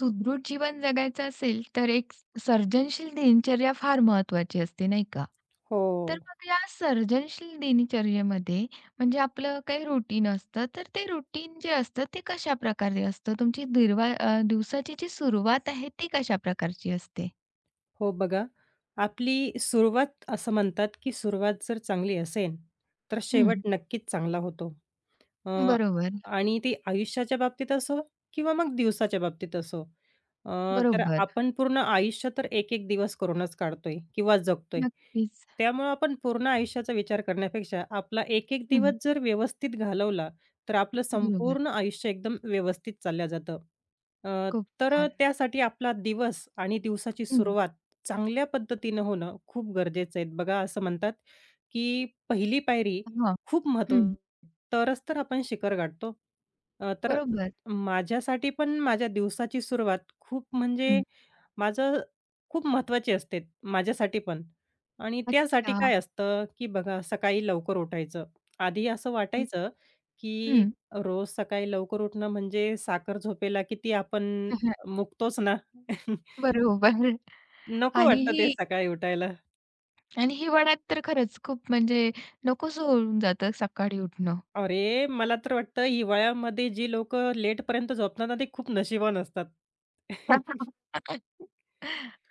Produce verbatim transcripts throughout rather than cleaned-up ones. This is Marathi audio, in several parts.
सुदृढ जीवन जगायचं असेल, तर एक सर्जनशील दिनचर्या फार महत्त्वाची असते, नाही का? हो. तर मग या सर्जनशील दिनचर्येमध्ये म्हणजे आपलं काही रुटीन असतं, तर ते रुटीन जे असतं, ते कशाप्रकारे असतं? तुमची दिरवा अ, दिवसाची जी सुरुवात आहे, ती कशा प्रकारची असते? हो बघा, आपली सुरुवात असं म्हणतात, की सुरुवात जर चांगली असेल, तर शेवट हं, नक्कीच चांगला होतो. अ, बरोबर, आणि ते आयुष्याच्या बाबतीत असो किंवा मग दिवसाच्या बाबतीत असो. अ, तर बरोबर. आपण पूर्ण आयुष्य तर एक-एक दिवस करूनच काढतोय किंवा जगतोय. नक्कीच. त्यामुळं आपण पूर्ण आयुष्याचा विचार करण्यापेक्षा आपला एक-एक हं, दिवस जर व्यवस्थित घालवला, तर आपलं बरोबर. संपूर्ण आयुष्य एकदम व्यवस्थित चाललं जातं. अ, खूप तर छान. त्यासाठी आपला दिवस आणि दिवसाची हं, सुरुवात चांगल्या पद्धतीनं होणं खूप गरजेचं आहे. बघा असं म्हणतात, की पहिली पायरी हां. खूप हं, महत्त्वाची तरच तर आपण शिखर गाठतो. अ, तर बरोबर. माझ्यासाठी पण माझ्या दिवसाची सुरुवात खूप म्हणजे हं, माझं खूप महत्त्वाची असते माझ्यासाठी पण. आणि त्यासाठी अच्छा. काय असतं, की बघा सकाळी लवकर उठायचं. आधी असं हं, वाटायचं, की रोज सकाळी लवकर उठणं म्हणजे साखर झोपेला किती आपण मुकतोच ना. बरोबर. नको आणि वाटतं ही ते सकाळी उठायला. आणि हिवाळ्यात तर खरंच खूप म्हणजे नकोसं होऊन जातं सकाळी उठणं. अरे, मला तर वाटतं हिवाळ्यामध्ये जी लोकं लेटपर्यंत झोपतात ना, ते खूप नशिबवान असतात.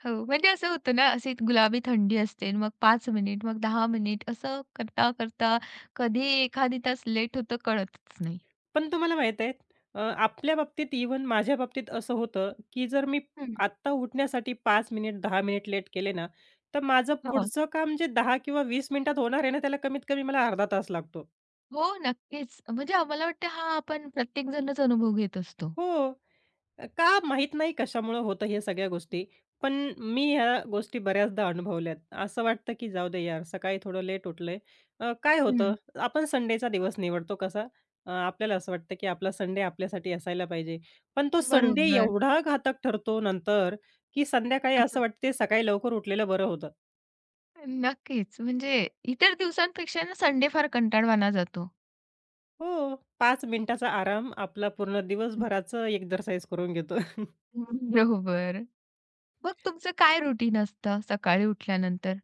हो, म्हणजे असं होतं ना, अशी गुलाबी थंडी असते. मग पाच मिनिट, मग दहा मिनिट असं करता-करता कधी एखादी तास लेट होतं कळतच नाही. पण तुम्हाला माहीत आहे अ, आपल्या बाबतीत इव्हन माझ्या बाबतीत असं होतं, की जर मी हं, आत्ता उठण्यासाठी पाच मिनिट, दहा मिनिट लेट केले ना, तर माझं हो, हो. पुढचं काम जे दहा किंवा वीस मिनिटात होणार आहे ना, त्याला कमीत कमी मला अर्धा तास लागतो. हो, नक्कीच. म्हणजे आम्हाला वाटतं हा आपण प्रत्येकजणच अनुभव घेत असतो. हो. का माहीत नाही कशामुळं होतं हे सगळ्या गोष्टी. पण मी ह्या गोष्टी बऱ्याचदा अनुभवल्यात. असं वाटतं की जाऊ दे यार, सकाळी थोडं लेट उठलंय. अ, काय हं. होतं, आपण संडेचा दिवस निवडतो कसा, अ, आपल्याला असं वाटतं की आपला संडे आपल्यासाठी असायला पाहिजे. पण तो संडे बरोबर. एवढा घातक ठरतो नंतर, की संध्याकाळी असं वाटते सकाळी लवकर उठलेलं बरं होतं. नक्कीच. म्हणजे इतर दिवसांपेक्षा ना संडे फार कंटाळवाणा जातो. हो, पाच मिनिटाचा आराम आपला पूर्ण दिवसभराचं एक्झरसाइज करून घेतो. बरोबर. मग तुमचं काय रुटीन असतं सकाळी उठल्यानंतर?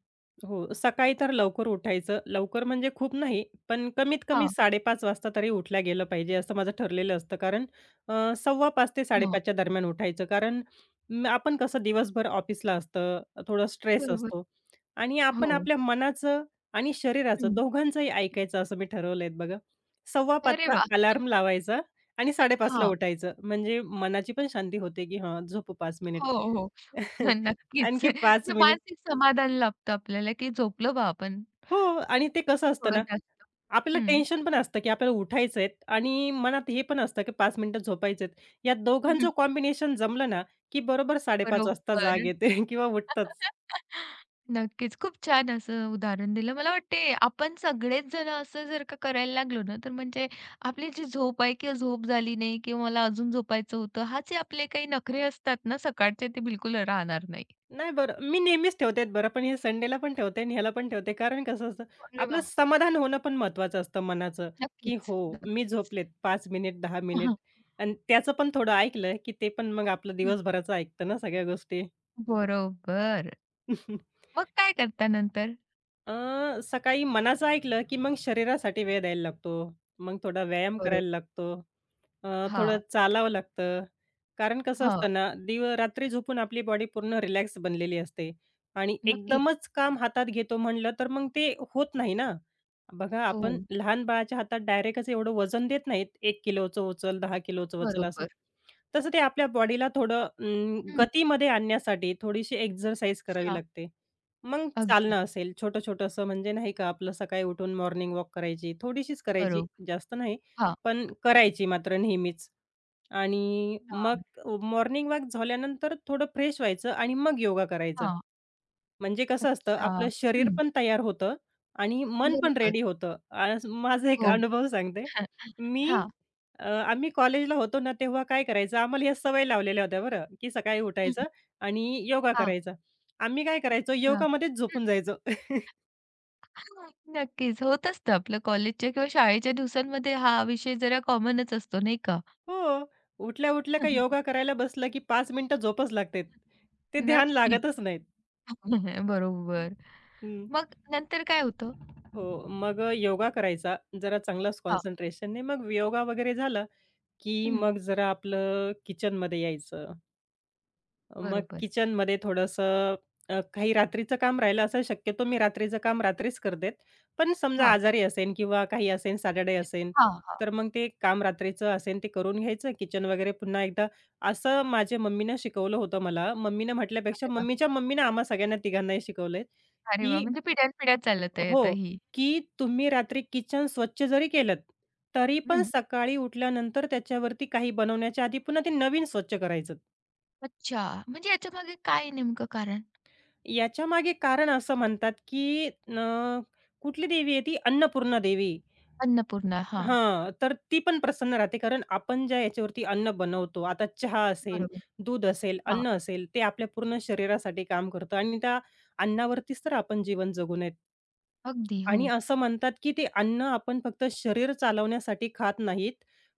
हो, सकाळी तर लवकर उठायचं. लवकर म्हणजे खूप नाही, पण कमीत कमी हां, साडे पाच वाजता तरी उठल्या गेलं पाहिजे, असं माझं ठरलेलं असतं. कारण अ, सव्वा पाच ते हां. साडे पाच च्या दरम्यान उठायचं. कारण म आपण कसं दिवसभर ऑफिसला असतं, थोडं स्ट्रेस बरोबर. असतो आणि आपण हो. आपल्या मनाचं आणि शरीराचं हं. दोघांचंही ऐकायचं असं मी ठरवलंय बघा. सव्वा पाच अरे चा वाह! अलार्म लावायचा आणि साडे पाच हां. उठायचं. म्हणजे मनाची पण शांती होते, की हां, झोपू पाच मिनिट. हो, हो. नक्कीच. आणखी पाच म्हणजे मिनिट मानसिक समाधान लाभतं आपल्याला, की झोपलो बा आपण हो आणि ते कसं असतं थोडं ना जास्त. आपल्याला हं. टेन्शन पण असतं, की आपल्याला उठायचं आहे आणि मनात हे पण असतं, की पाच मिनिटं झोपायचे आहेत. या दोघांचं कॉम्बिनेशन जमलं ना, की बरोबर साडे पाच वाजता जाग बरोबर. येते किंवा उठतंच. नक्कीच. खूप छान असं उदाहरण दिलं. मला वाटते आपण सगळेच जण असं जर का करायला लागलो ना, तर म्हणजे आपली जी झोप आहे किंवा झोप झाली नाही किंवा मला अजून झोपायचं होतं, हा जे आपले काही नखरे असतात ना सकाळचे, ते बिलकुल राहणार नाही. नाही बरं, मी नेहमीच ठेवते बरं, पण हे संडेला पण ठेवते आणि ह्याला पण ठेवते. कारण कसं असतं, अरे आपलं वाह! समाधान होणं पण महत्त्वाचं असतं मनाचं, की नक्कीच, हो, मी नक्कीच. झोपलेत पाच मिनिट, दहा मिनिट आणि त्याचं पण थोडं ऐकलं, की ते पण मग आपलं हं. दिवसभराचं ऐकतं ना सगळ्या गोष्टी. बरोबर. मग काय करता नंतर? अ, सकाळी मनाचं ऐकलं, की मग शरीरासाठी वेळ द्यायला लागतो. मग थोडा व्यायाम करायला बरोबर. लागतो. अ, थोडं हां, चालावं लागतं. कारण कसं हां. असतं ना, दिव रात्री झोपून आपली बॉडी पूर्ण रिलॅक्स बनलेली असते आणि नक्कीच. एकदमच काम हातात घेतो म्हणलं, तर मग ते होत नाही ना. बघा हो, आपण लहान बाळाच्या हातात डायरेक्टच एवढं वजन देत नाहीत. एक किलोचं उचल, दहा किलोचं उचल असं. बरोबर. तसं ते आपल्या बॉडीला थोडं अं, हं. गतीमध्ये आणण्यासाठी थोडीशी एक्सरसाइज करावी अच्छा. लागते. मग अगदी चालणं असेल, छोटं-छोटं असं म्हणजे नाही का आपलं सकाळी उठून मॉर्निंग वॉक करायची, थोडीशीच करायची, बरोबर. जास्त नाही, हां. पण करायची मात्र नेहमीच. आणि मग हां, मॉर्निंग वॉक झाल्यानंतर थोडं फ्रेश व्हायचं आणि मग योगा करायचा. हां. म्हणजे कसं असतं, अच्छा. आपलं शरीर हं. पण तयार होतं आणि मन पण बरोबर. रेडी होतं. आज माझा एक हो. अनुभव सांगते. मी हां. अ, आम्ही कॉलेजला होतो ना, तेव्हा काय करायचं, आम्हाला ह्या सवय लावलेल्या होत्या बरं, की सकाळी हं. उठायचं आणि योगा हां. करायचा. आम्ही काय करायचो, अच्छा. योगामध्येच झोपून हं. जायचो. नक्कीच. होत असतं आपलं कॉलेजच्या किंवा शाळेच्या दिवसांमध्ये हा विषय जरा कॉमनच असतो नाही का? हो. उठल्या-उठल्या का योगा करायला बसलं, की पाच मिनिटं झोपच लागते. ते ध्यान नक्कीच. लागतच नाहीत. बरोबर. हं. मग नंतर काय होतं? हो. मग योगा करायचा, जरा चांगलाच हां. कॉन्सन्ट्रेशनने. मग योगा वगैरे झाला की हं. मग जरा आपलं किचनमध्ये यायचं. मग बरोबर. किचनमध्ये थोडंसं अ, काही रात्रीचं काम राहिलं असं शक्यतो मी रात्रीचं काम रात्रीच करते. पण समजा हां. आजारी असेन किंवा काही असेन, सॅटर्डे असेन, हां, हां. तर मग ते काम रात्रीचं असेन ते करून घ्यायचं. किचन वगैरे पुन्हा एकदा असं माझ्या मम्मीनं शिकवलं होतं मला. मम्मीनं म्हटल्यापेक्षा अरे वाह! मम्मीच्या मम्मीनं आम्हा सगळ्यांना तिघांनाही शिकवलंय, अरे वाह! की म्हणजे पिढ्यानपिढ्या चालत आहे हो, आता ही. की तुम्ही रात्री किचन स्वच्छ जरी केलंत, तरी पण हं. सकाळी उठल्यानंतर त्याच्यावरती काही बनवण्याच्या आधी पुन्हा ते नवीन स्वच्छ करायचं. अच्छा. म्हणजे याच्यामागे काय नेमकं कारण? याच्या मागे कारण असं म्हणतात, की अ, कुठली देवी आहे ती? अन्नपूर्णा देवी. अन्नपूर्णा. हां. हां, तर ती पण प्रसन्न राहते. कारण आपण ज्या याच्यावरती अन्न बनवतो, आता चहा असेल, बरोबर. दूध असेल, हां. अन्न असेल, ते आपल्या पूर्ण शरीरासाठी काम करतं आणि त्या अन्नावरतीच तर आपण जीवन जगू नयेत. अगदी. आणि हो. असं म्हणतात, की ते अन्न आपण फक्त शरीर चालवण्यासाठी खात नाहीत,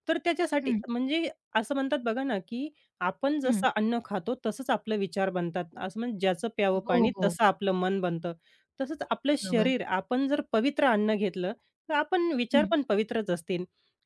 तर त्याच्यासाठी हं, म्हणजे असं म्हणतात बघा ना, की आपण हं. जसं अन्न खातो, तसंच आपले विचार बनतात. असं म्हणजे ज्याचं प्यावं हो, पाणी, हो. तसं आपलं मन बनतं. तसंच आपलं बरोबर. शरीर, आपण जर पवित्र अन्न घेतलं तर आपण विचार हं. पण पवित्रच असतील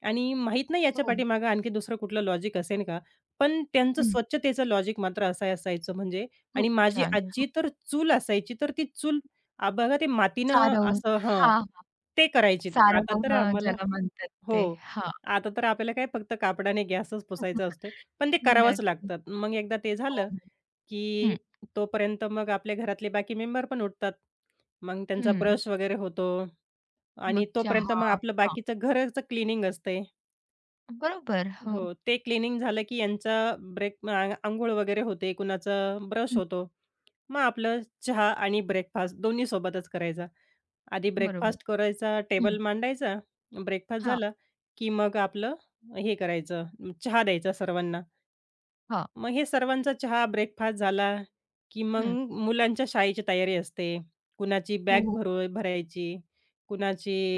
आणि माहीत नाही याच्या हो. पाठीमागे आणखी दुसरं कुठलं लॉजिक असेल का? पण त्यांचं हं. स्वच्छतेचं लॉजिक मात्र असं असायचं म्हणजे खूप आणि माझी छान. हो. आजी तर चूल असायची, तर ती चूल आ, बघा ते मातीनं सारवून असं हां, हां, हां. ते करायची. आता तर सारवणं आम्हाला ज्याला म्हणतात हो. ते. हां. आता तर आपल्याला काय फक्त कापडाने गॅसच पुसायचा असतोय. पण ते करावंच नक्की. लागतं. मग एकदा ते हो, झालं हो. की हं, तोपर्यंत मग आपल्या घरातले बाकी मेंबर पण उठतात. मग त्यांचा हं. ब्रश वगैरे होतो आणि मग तोपर्यंत चहा मग आपलं हां. बाकीचं घराचं क्लीनिंग असते. बरोबर. हो. हो, ते क्लीनिंग झालं की यांचा ब्रेक अ, वगैरे होते, कुणाचा ब्रश हं. होतो. मग आपलं चहा आणि ब्रेकफास्ट दोन्ही सोबतच करायचा. आधी बरोबर. ब्रेकफास्ट करायचा, टेबल हं. मांडायचा. ब्रेकफास्ट हां, झाला की मग आपलं हे करायचं, चहा द्यायचा सर्वांना. हां. मग हे सर्वांचा चहा, ब्रेकफास्ट झाला, की मग हं. मुलांच्या शाळेची तयारी असते. कुणाची हो, बॅग भरू हो. भरायची,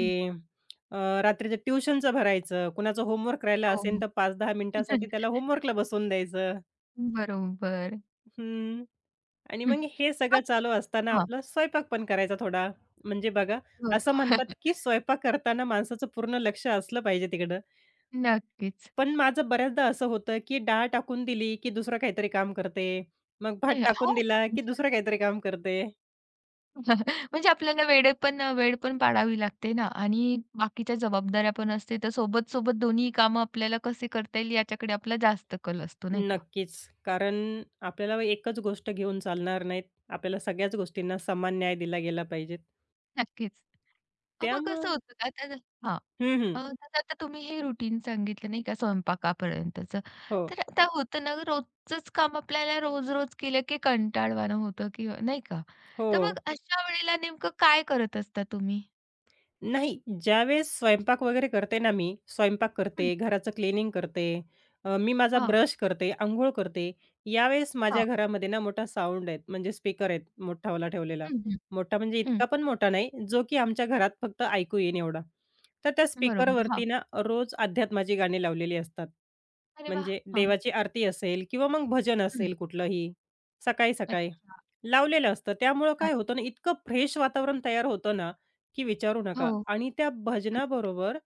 हं. अ, रात्रीचं ट्युशनचं भरायचं, कुणाचं होमवर्क राहिला हो, असेल हो. तर पाच ते दहा मिनिटांसाठी त्याला होमवर्कला बसवून द्यायचं. बरोबर. हं. आणि हं. मग हे सगळं मग चालू असताना हां. आपला स्वयंपाक पण करायचा थोडा. म्हणजे बघा, बरं. असं म्हणतात, की स्वयंपाक करताना माणसाचं पूर्ण लक्ष असलं पाहिजे तिकडं. नक्कीच. पण माझं बऱ्याचदा असं होतं, की डाळ टाकून दिली, की दुसरं काहीतरी काम करते. मग भात नाही हो. टाकून दिला, की म्हणजे दुसरं काहीतरी काम करते. म्हणजे आपल्याला वेळ पण वेळ पण पाळावी लागते ना आणि बाकीच्या जबाबदाऱ्या पण असते. तर सोबत-सोबत दोन्ही कामं आपल्याला कसे करता येईल याच्याकडे आपला जास्त कल असतो, नाही का? नक्कीच. कारण आपल्याला एकच गोष्ट घेऊन चालणार नाहीत. आपल्याला सगळ्याच गोष्टींना समान न्याय दिला गेला पाहिजे. नक्कीच. अ, मग त्यामुळं कसं होतं ना तर हां. हं, हं. अ, तर आता तुम्ही हे रुटीन सांगितलं नाही का स्वयंपाकापर्यंतचं. हो. तर आता होतं ना रोजचंच काम आपल्याला रोज-रोज केलं की कंटाळवाणं होतं किंवा नाही का? तर हो. मग अशा वेळेला नेमकं काय करत असता तुम्ही? नाही, ज्यावेळेस स्वयंपाक वगैरे करते ना मी, स्वयंपाक हं. करते, घराचं क्लिनिंग करते, अ, मी माझा हां, ब्रश करते, अंघोळ करते. यावेळेस माझ्या हां. घरामध्ये ना मोठा साउंड आहे, म्हणजे स्पीकर आहेत मोठावाला ठेवलेला. हं, हं. मोठा म्हणजे हं. इतका पण मोठा नाही, जो की आमच्या घरात फक्त ऐकू येईन एवढा. तर त्या बरोबर. स्पीकरवरती हां. ना रोज अध्यात्माची गाणी लावलेली असतात. अरे वाह! म्हणजे हां. देवाची आरती असेल किंवा मग भजन असेल कुठलंही, सकाळी-सकाळी अच्छा. लावलेलं असतं. त्यामुळं काय हां. होतं ना, इतकं फ्रेश वातावरण तयार होतं ना, की विचारू हो. नका आणि त्या म्हणजे भजनाबरोबर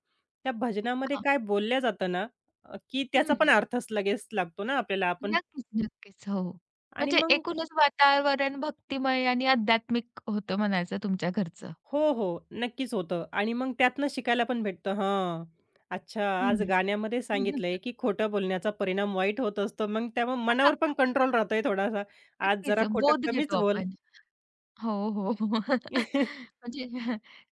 त्या भजनामध्ये हां. काय बोलल्या जातं ना, अ, की त्याचा हं. पण अर्थच लगेच लागतो ना आपल्याला आपण नक्कीच, नक्कीच. हो. आणि म्हणजे मग एकूणच वातावरण भक्तिमय आणि आध्यात्मिक होतं म्हणायचं तुमच्या घरचं. हो, हो. नक्कीच होतं आणि मग त्यातनं शिकायला पण भेटतं. हां, अच्छा आज हं. गाण्यामध्ये सांगितलंय, की खोटं बोलण्याचा परिणाम वाईट होत असतो. मग त्यामुळे मनावर पण कंट्रोल राहतोय थोडासा. आज नक्कीच. जरा खोटं बोध कमीच घेतो बोल. आपण. हो, हो. म्हणजे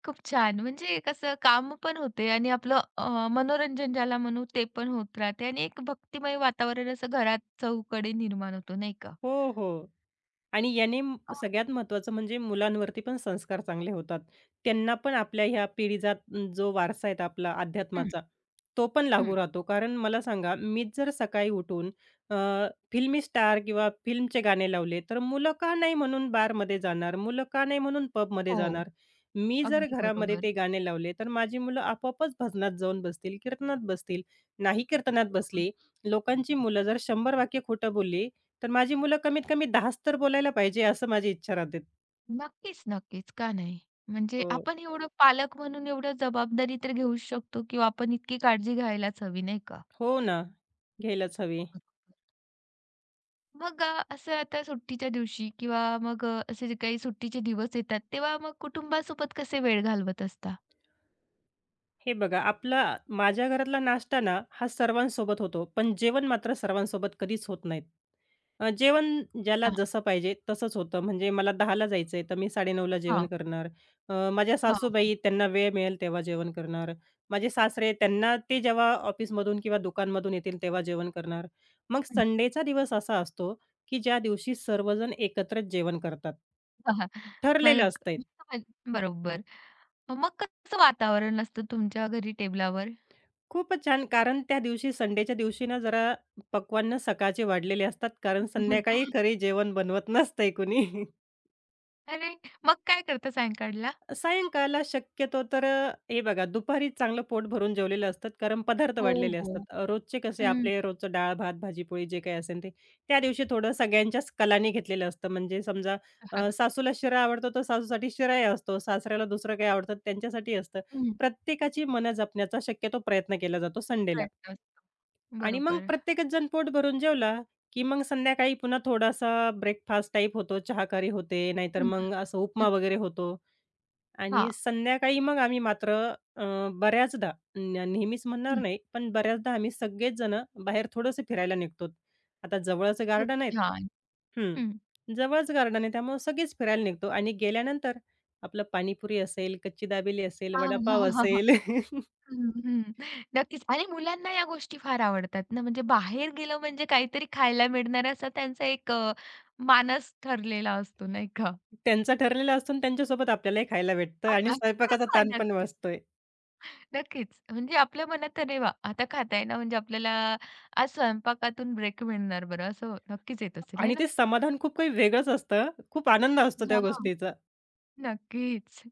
खूप छान. म्हणजे कसं काम पण होते आणि आपलं अ, मनोरंजन ज्याला म्हणू ते पण होत राहते आणि एक भक्तिमय वातावरण असं घरात चहूकडे निर्माण होतो, नाही का? हो, हो. आणि याने म अ, सगळ्यात महत्त्वाचं म्हणजे मुलांवरती पण संस्कार चांगले होतात. त्यांना पण आपल्या ह्या पिढीचा अं, जो वारसा आहे आपला हं, अध्यात्माचा, तो पण हं. लागू राहतो. कारण मला सांगा, मीच जर सकाळी उठून अ, फिल्मी स्टार किंवा फिल्मचे गाणे लावले, तर मुलं का नाही म्हणून बारमध्ये जाणार? मुलं का नाही म्हणून पबमध्ये हो. जाणार? मी जर अगदी घरामध्ये बरोबर. ते गाणे लावले, तर माझी मुलं आपोआपच भजनात जाऊन बसतील, कीर्तनात बसतील. नाही कीर्तनात बरोबर. बसली, लोकांची मुलं जर शंभर वाक्य खोटं बोलली, तर माझी मुलं कमीत कमी 10च तर बोलायला पाहिजे असं माझी इच्छा राहते. नक्कीच, नक्कीच. का नाही? म्हणजे हो. आपण एवढं पालक म्हणून एवढं जबाबदारी तर घेऊच शकतो किंवा आपण इतकी काळजी घ्यायलाच हवी, नाही का? हो ना. घ्यायलाच हवी. मग अ, असं आता सुट्टीच्या दिवशी किंवा मग अ, असे जे काही सुट्टीचे दिवस येतात, तेव्हा मग कुटुंबासोबत कसे वेळ घालवत असता? हे बघा, आपला माझ्या घरातला नाश्ता ना, हा सर्वांसोबत होतो, पण जेवण मात्र सर्वांसोबत कधीच होत नाहीत. अ, जेवण ज्याला हां, जसं पाहिजे तसंच होतं. म्हणजे मला 10:00ला जायचंय, तर मी 9:30ला जेवण हां, करणार. अ, माझ्या हां, हां. सासूबाई त्यांना वेळ मिळेल तेव्हा जेवण करणार. माझे सासरे त्यांना ते जेव्हा ऑफिसमधून किंवा दुकानमधून येतील तेव्हा जेवण करणार. मग संडेचा दिवस असा असतो, की ज्या दिवशी सर्वजण एकत्रच जेवण करतात. हं. मग ठरलेलं असतं. बरोबर. मग कसं वातावरण असतं तुमच्या घरी टेबलावर? खूपच छान. कारण त्या दिवशी संडेच्या दिवशी ना जरा पक्वान्न सकाळचे वाढलेले असतात, कारण संध्याकाळी खरी जेवण बनवत नसतंय कुणी. अरे, मग काय करता सायंकाळला? सायंकाळला शक्यतो तर अ, हे बघा दुपारी चांगलं पोट भरून जेवलेलं असतात, कारण पदार्थ हो, वाढलेले असतात. हो. अ, रोजचे कसे हं. आपले रोजचं डाळ, भात, भाजी-पोळी जे काही असेल ते. त्या दिवशी थोडं सगळ्यांच्याच कलाने घेतलेलं असतं. म्हणजे समजा हं. अ, सासूला शिरा आवडतो, तर सासूसाठी शिराही असतो. सासऱ्याला दुसरं काही आवडतं त्यांच्यासाठी असतं. प्रत्येकाची मनं जपण्याचा शक्यतो प्रयत्न केला जातो संडेला. प्रयत्न असतो. आणि मग बरोबर. प्रत्येकच जण पोट भरून जेवला, की मग संध्याकाळी पुन्हा थोडासा ब्रेकफास्ट टाइप होतो, चहाकरी होते, नाहीतर हं, हं. मग असं उपमा नक्कीच. वगैरे होतो. आणि हां. संध्याकाळी मग आम्ही मात्र अ, बऱ्याचदा न नेहमीच म्हणणार हं. नाही, पण बऱ्याचदा आम्ही सगळेच जण बाहेर थोडंसं फिरायला निघतो. आता जवळच खूप गार्डन आहेत छान. हं. हं. जवळच गार्डन आहे त्यामुळे सगळेच फिरायला निघतो आणि गेल्यानंतर आपलं पाणीपुरी असेल, कच्ची दाबेली असेल, हां, वडापाव हां, हां, हां. असेल. हं, हं. नक्कीच आणि मुलांना या गोष्टी फार आवडतात ना, म्हणजे बाहेर गेलं म्हणजे काहीतरी खायला मिळणार असा त्यांचा एक अ, मानस ठरलेला असतो नाही का? त्यांचा ठरलेला असतो आणि त्यांच्यासोबत आपल्यालाही खायला भेटतं आणि आपला स्वयंपाकाचा हां, ताण पण नक्कीच, वाचतोय. नक्कीच. म्हणजे आपल्या मनात "अरे वाह! आता खाता आहे ना, म्हणजे आपल्याला आज स्वयंपाकातून ब्रेक मिळणार बरं." असं नक्कीच येत असेल आहे आणि ना? ते समाधान खूप काही वेगळंच असतं. खूप आनंद असतो त्या हां. गोष्टीचा. नक्कीच.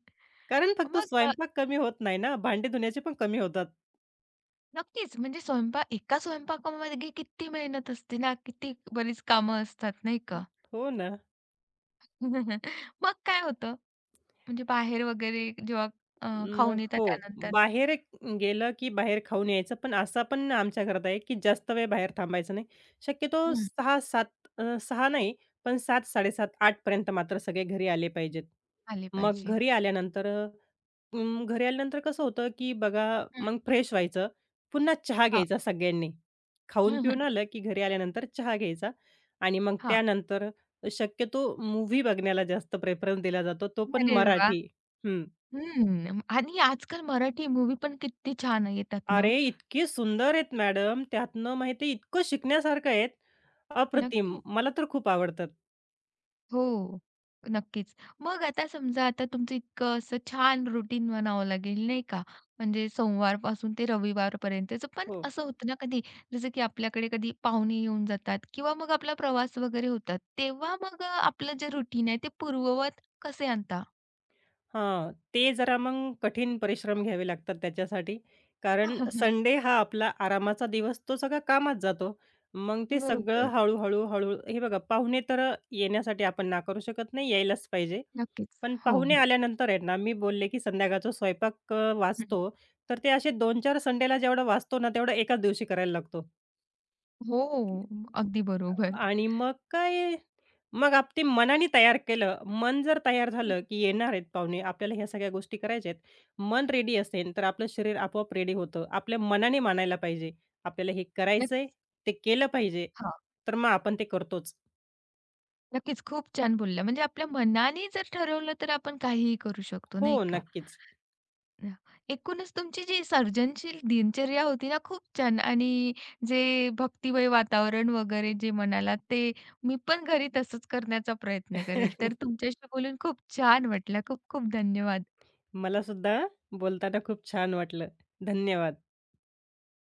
कारण फक्त मग अ स्वयंपाक कमी होत नाही ना, भांडी धुण्याचे पण कमी होतात. नक्कीच. म्हणजे स्वयंपाक एका स्वयंपाकामध्ये किती मेहनत असते ना, किती बरीच कामं असतात नाही का? हो ना. मग काय होतं, म्हणजे बाहेर वगैरे जेव्हा अ, खाऊन मग येतात हो. त्यानंतर बाहेर एक गेलं, की बाहेर खाऊन यायचं. पण असा पण आमच्या घरात आहे, की जास्त वेळ बाहेर थांबायचं नाही. शक्यतो हं. सहा सात अ, सहा नाही, पण सात, साडे सात, आठ पर्यंत मात्र सगळे घरी आले पाहिजेत. आले मग पाहिजे. घरी आल्यानंतर अ, अं, घरी आल्यानंतर कसं होतं, की बघा हं, मग फ्रेश व्हायचं. पुन्हा चहा हां. घ्यायचा सगळ्यांनी. खाऊन-पिऊन आलं, की घरी आल्यानंतर चहा घ्यायचा आणि मग हां. त्यानंतर शक्यतो मूव्ही बघण्याला जास्त प्रेफरन्स दिला जातो, तो पण अरे वाह! मराठी. हं. आणि आजकाल मराठी मूव्ही पण किती छान येतात ना. अरे, इतके सुंदर आहेत मॅडम. त्यातनं माहिती आहे इतकं शिकण्यासारखं आहेत. अप्रतिम. नक्कीच. मला तर खूप आवडतात. हो, नक्कीच. मग आता समजा आता तुमचं इतकं असं छान रुटीन म्हणावं लागेल, नाही का? म्हणजे सोमवारपासून ते रविवारपर्यंतचं. पण हो. असं होतं ना कधी, जसं की आपल्याकडे कधी पाहुणे येऊन जातात किंवा मग आपला प्रवास वगैरे होतात. तेव्हा मग अ, आपलं जे रुटीन आहे ते पूर्ववत कसे आणता? हां. ते जरा मग कठीण परिश्रम घ्यावे लागतात त्याच्यासाठी. कारण संडे हा आपला आरामाचा दिवस तो सगळा कामात जातो. मग ते सगळं बरोबर. हळू-हळू, हळू हे बघा पाहुणे तर येण्यासाठी आपण ना करू शकत नाही, यायलाच पाहिजे. नक्कीच. पण हो, पाहुणे हो. आल्यानंतर आहेत ना, मी बोलले की संध्याकाळचा स्वयंपाक अ, हं, वाचतो, तर ते असे दोन चार संडेला जेवढा वाचतो ना, तेवढा एकाच दिवशी करायला लागतो. हो, अगदी बरोबर. आणि मग काय, मग आप ते मनाने तयार केलं. मन जर तयार हं, झालं, की येणार आहेत पाहुणे, आपल्याला ह्या सगळ्या गोष्टी करायच्या आहेत. मन रेडी असेल, तर आपलं शरीर आपोआप रेडी होतं. आपल्या मनाने मानायला पाहिजे. आपल्याला हे करायचंय, नक्कीच. ते केलं पाहिजे, हां, तर मग आपण ते करतोच. नक्कीच. खूप छान बोलल्या. म्हणजे आपल्या मनाने जर ठरवलं तर आपण काहीही करू शकतो, हो, नाही का? नक्कीच. ना. एकूणच तुमची जी सर्जनशील दिनचर्या होती ना, खूप छान आणि जे भक्तिमय वातावरण वगैरे जे म्हणालात, ते मी पण घरी तसंच करण्याचा प्रयत्न करेल. तर तुमच्याशी बोलून खूप छान वाटलं. खूप खूप धन्यवाद. मला सुद्धा बोलताना खूप छान वाटलं. धन्यवाद.